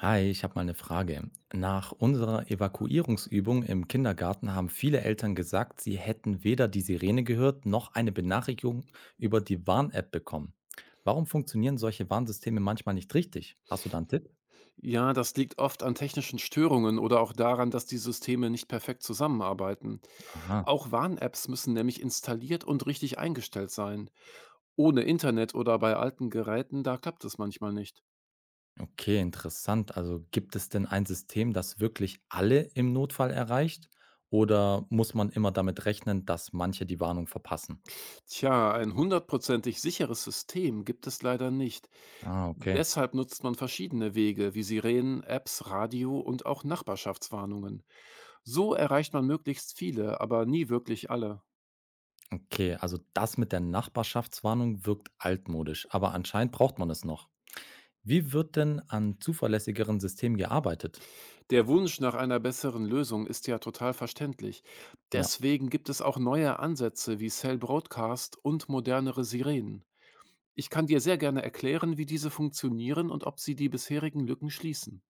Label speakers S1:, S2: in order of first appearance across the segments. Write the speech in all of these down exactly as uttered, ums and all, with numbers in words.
S1: Hi, ich habe mal eine Frage. Nach unserer Evakuierungsübung im Kindergarten haben viele Eltern gesagt, sie hätten weder die Sirene gehört noch eine Benachrichtigung über die Warn-App bekommen. Warum funktionieren solche Warnsysteme manchmal nicht richtig? Hast du da einen Tipp?
S2: Ja, das liegt oft an technischen Störungen oder auch daran, dass die Systeme nicht perfekt zusammenarbeiten.
S1: Aha,
S2: Auch Warn-Apps müssen nämlich installiert und richtig eingestellt sein. Ohne Internet oder bei alten Geräten, da klappt es manchmal nicht.
S1: okay, interessant. Also gibt es denn ein System, das wirklich alle im Notfall erreicht? Oder muss man immer damit rechnen, dass manche die Warnung verpassen?
S2: Tja, ein hundertprozentig sicheres System gibt es leider nicht.
S1: Ah, okay.
S2: Deshalb nutzt man verschiedene Wege wie Sirenen, Apps, Radio und auch Nachbarschaftswarnungen. So erreicht man möglichst viele, aber nie wirklich alle.
S1: Okay, also das mit der Nachbarschaftswarnung wirkt altmodisch, aber anscheinend braucht man es noch. Wie wird denn an zuverlässigeren Systemen gearbeitet?
S2: Der Wunsch nach einer besseren Lösung ist ja total verständlich.
S1: Ja.
S2: Deswegen gibt es auch neue Ansätze wie Cell Broadcast und modernere Sirenen. Ich kann dir sehr gerne erklären, wie diese funktionieren und ob sie die bisherigen Lücken schließen.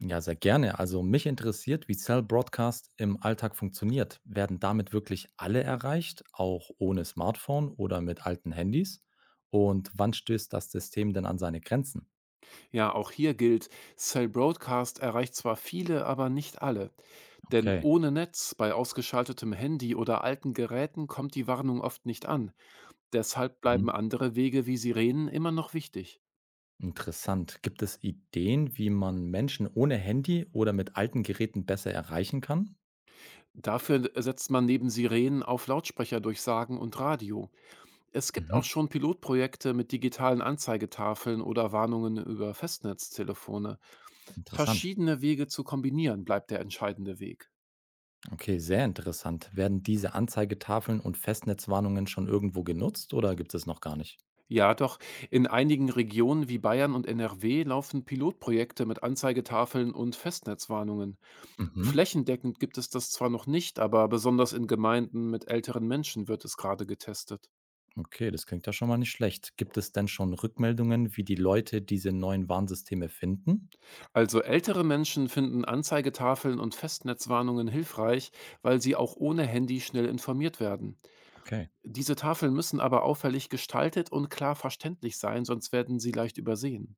S1: Ja, sehr gerne. Also mich interessiert, wie Cell Broadcast im Alltag funktioniert. Werden damit wirklich alle erreicht, auch ohne Smartphone oder mit alten Handys? Und wann stößt das System denn an seine Grenzen?
S2: Ja, auch hier gilt, Cell Broadcast erreicht zwar viele, aber nicht alle. Denn
S1: Okay.
S2: ohne Netz, bei ausgeschaltetem Handy oder alten Geräten kommt die Warnung oft nicht an. Deshalb bleiben
S1: Mhm.
S2: andere Wege wie Sirenen immer noch wichtig.
S1: Interessant. Gibt es Ideen, wie man Menschen ohne Handy oder mit alten Geräten besser erreichen kann?
S2: Dafür setzt man neben Sirenen auf Lautsprecherdurchsagen und Radio. Es gibt
S1: Mhm.
S2: auch schon Pilotprojekte mit digitalen Anzeigetafeln oder Warnungen über Festnetztelefone.
S1: Interessant.
S2: Verschiedene Wege zu kombinieren bleibt der entscheidende Weg.
S1: Okay, sehr interessant. Werden diese Anzeigetafeln und Festnetzwarnungen schon irgendwo genutzt oder gibt es noch gar nicht?
S2: Ja, doch. In einigen Regionen wie Bayern und N R W laufen Pilotprojekte mit Anzeigetafeln und Festnetzwarnungen.
S1: Mhm.
S2: Flächendeckend gibt es das zwar noch nicht, aber besonders in Gemeinden mit älteren Menschen wird es gerade getestet.
S1: Okay, das klingt ja schon mal nicht schlecht. Gibt es denn schon Rückmeldungen, wie die Leute diese neuen Warnsysteme finden?
S2: Also ältere Menschen finden Anzeigetafeln und Festnetzwarnungen hilfreich, weil sie auch ohne Handy schnell informiert werden.
S1: Okay.
S2: Diese Tafeln müssen aber auffällig gestaltet und klar verständlich sein, sonst werden sie leicht übersehen.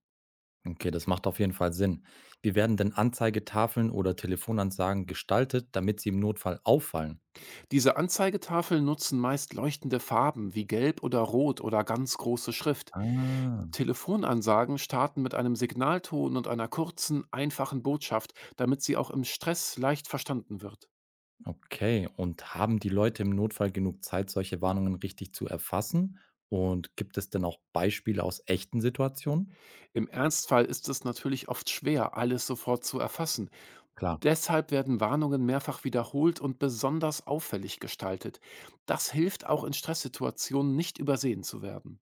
S1: Okay, das macht auf jeden Fall Sinn. Wie werden denn Anzeigetafeln oder Telefonansagen gestaltet, damit sie im Notfall auffallen?
S2: Diese Anzeigetafeln nutzen meist leuchtende Farben wie Gelb oder Rot oder ganz große Schrift.
S1: Ah,
S2: Telefonansagen starten mit einem Signalton und einer kurzen, einfachen Botschaft, damit sie auch im Stress leicht verstanden wird.
S1: okay. Und haben die Leute im Notfall genug Zeit, solche Warnungen richtig zu erfassen? Und gibt es denn auch Beispiele aus echten Situationen?
S2: Im Ernstfall ist es natürlich oft schwer, alles sofort zu erfassen.
S1: Klar.
S2: Deshalb werden Warnungen mehrfach wiederholt und besonders auffällig gestaltet. Das hilft auch in Stresssituationen nicht übersehen zu werden.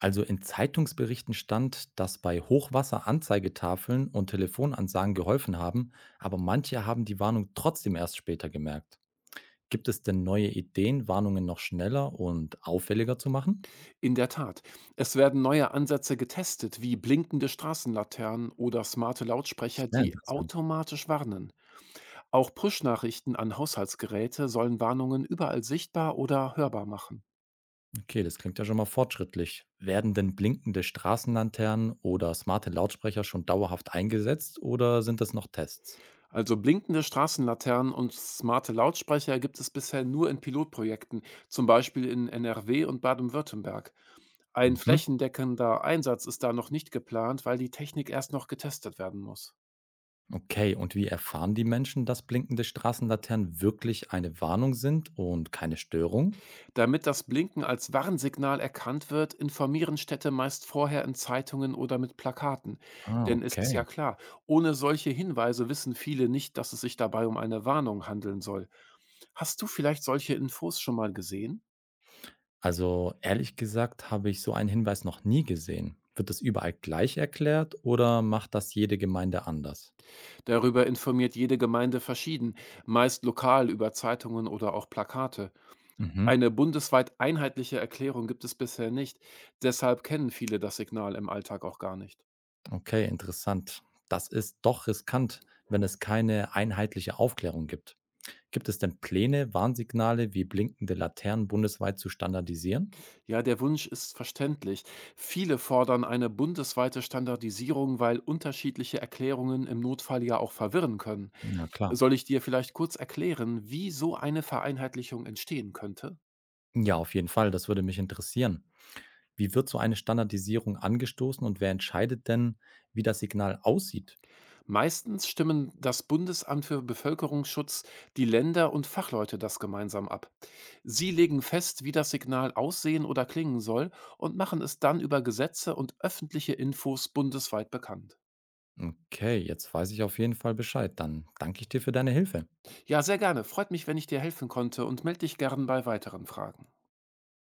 S1: Also in Zeitungsberichten stand, dass bei Hochwasser Anzeigetafeln und Telefonansagen geholfen haben, aber manche haben die Warnung trotzdem erst später gemerkt. Gibt es denn neue Ideen, Warnungen noch schneller und auffälliger zu machen?
S2: In der Tat. Es werden neue Ansätze getestet, wie blinkende Straßenlaternen oder smarte Lautsprecher,
S1: Sehr
S2: die
S1: interessant.
S2: automatisch warnen. Auch Push-Nachrichten an Haushaltsgeräte sollen Warnungen überall sichtbar oder hörbar machen.
S1: Okay, das klingt ja schon mal fortschrittlich. Werden denn blinkende Straßenlaternen oder smarte Lautsprecher schon dauerhaft eingesetzt oder sind das noch Tests?
S2: Also blinkende Straßenlaternen und smarte Lautsprecher gibt es bisher nur in Pilotprojekten, zum Beispiel in N R W und Baden-Württemberg. Ein
S1: Mhm.
S2: flächendeckender Einsatz ist da noch nicht geplant, weil die Technik erst noch getestet werden muss.
S1: Okay, und wie erfahren die Menschen, dass blinkende Straßenlaternen wirklich eine Warnung sind und keine Störung?
S2: Damit das Blinken als Warnsignal erkannt wird, informieren Städte meist vorher in Zeitungen oder mit Plakaten.
S1: Ah,
S2: Denn es ist ja
S1: okay.
S2: klar, ohne solche Hinweise wissen viele nicht, dass es sich dabei um eine Warnung handeln soll. Hast du vielleicht solche Infos schon mal gesehen?
S1: Also ehrlich gesagt habe ich so einen Hinweis noch nie gesehen. Wird das überall gleich erklärt oder macht das jede Gemeinde anders?
S2: Darüber informiert jede Gemeinde verschieden, meist lokal über Zeitungen oder auch Plakate.
S1: Mhm.
S2: Eine bundesweit einheitliche Erklärung gibt es bisher nicht, deshalb kennen viele das Signal im Alltag auch gar nicht.
S1: Okay, interessant. Das ist doch riskant, wenn es keine einheitliche Aufklärung gibt. Gibt es denn Pläne, Warnsignale wie blinkende Laternen bundesweit zu standardisieren?
S2: Ja, der Wunsch ist verständlich. Viele fordern eine bundesweite Standardisierung, weil unterschiedliche Erklärungen im Notfall ja auch verwirren können.
S1: Ja, klar.
S2: Soll ich dir vielleicht kurz erklären, wie so eine Vereinheitlichung entstehen könnte?
S1: Ja, auf jeden Fall. Das würde mich interessieren. Wie wird so eine Standardisierung angestoßen und wer entscheidet denn, wie das Signal aussieht?
S2: Meistens stimmen das Bundesamt für Bevölkerungsschutz, die Länder und Fachleute das gemeinsam ab. Sie legen fest, wie das Signal aussehen oder klingen soll und machen es dann über Gesetze und öffentliche Infos bundesweit bekannt.
S1: Okay, jetzt weiß ich auf jeden Fall Bescheid. Dann danke ich dir für deine Hilfe.
S2: Ja, sehr gerne. Freut mich, wenn ich dir helfen konnte und melde dich gern bei weiteren Fragen.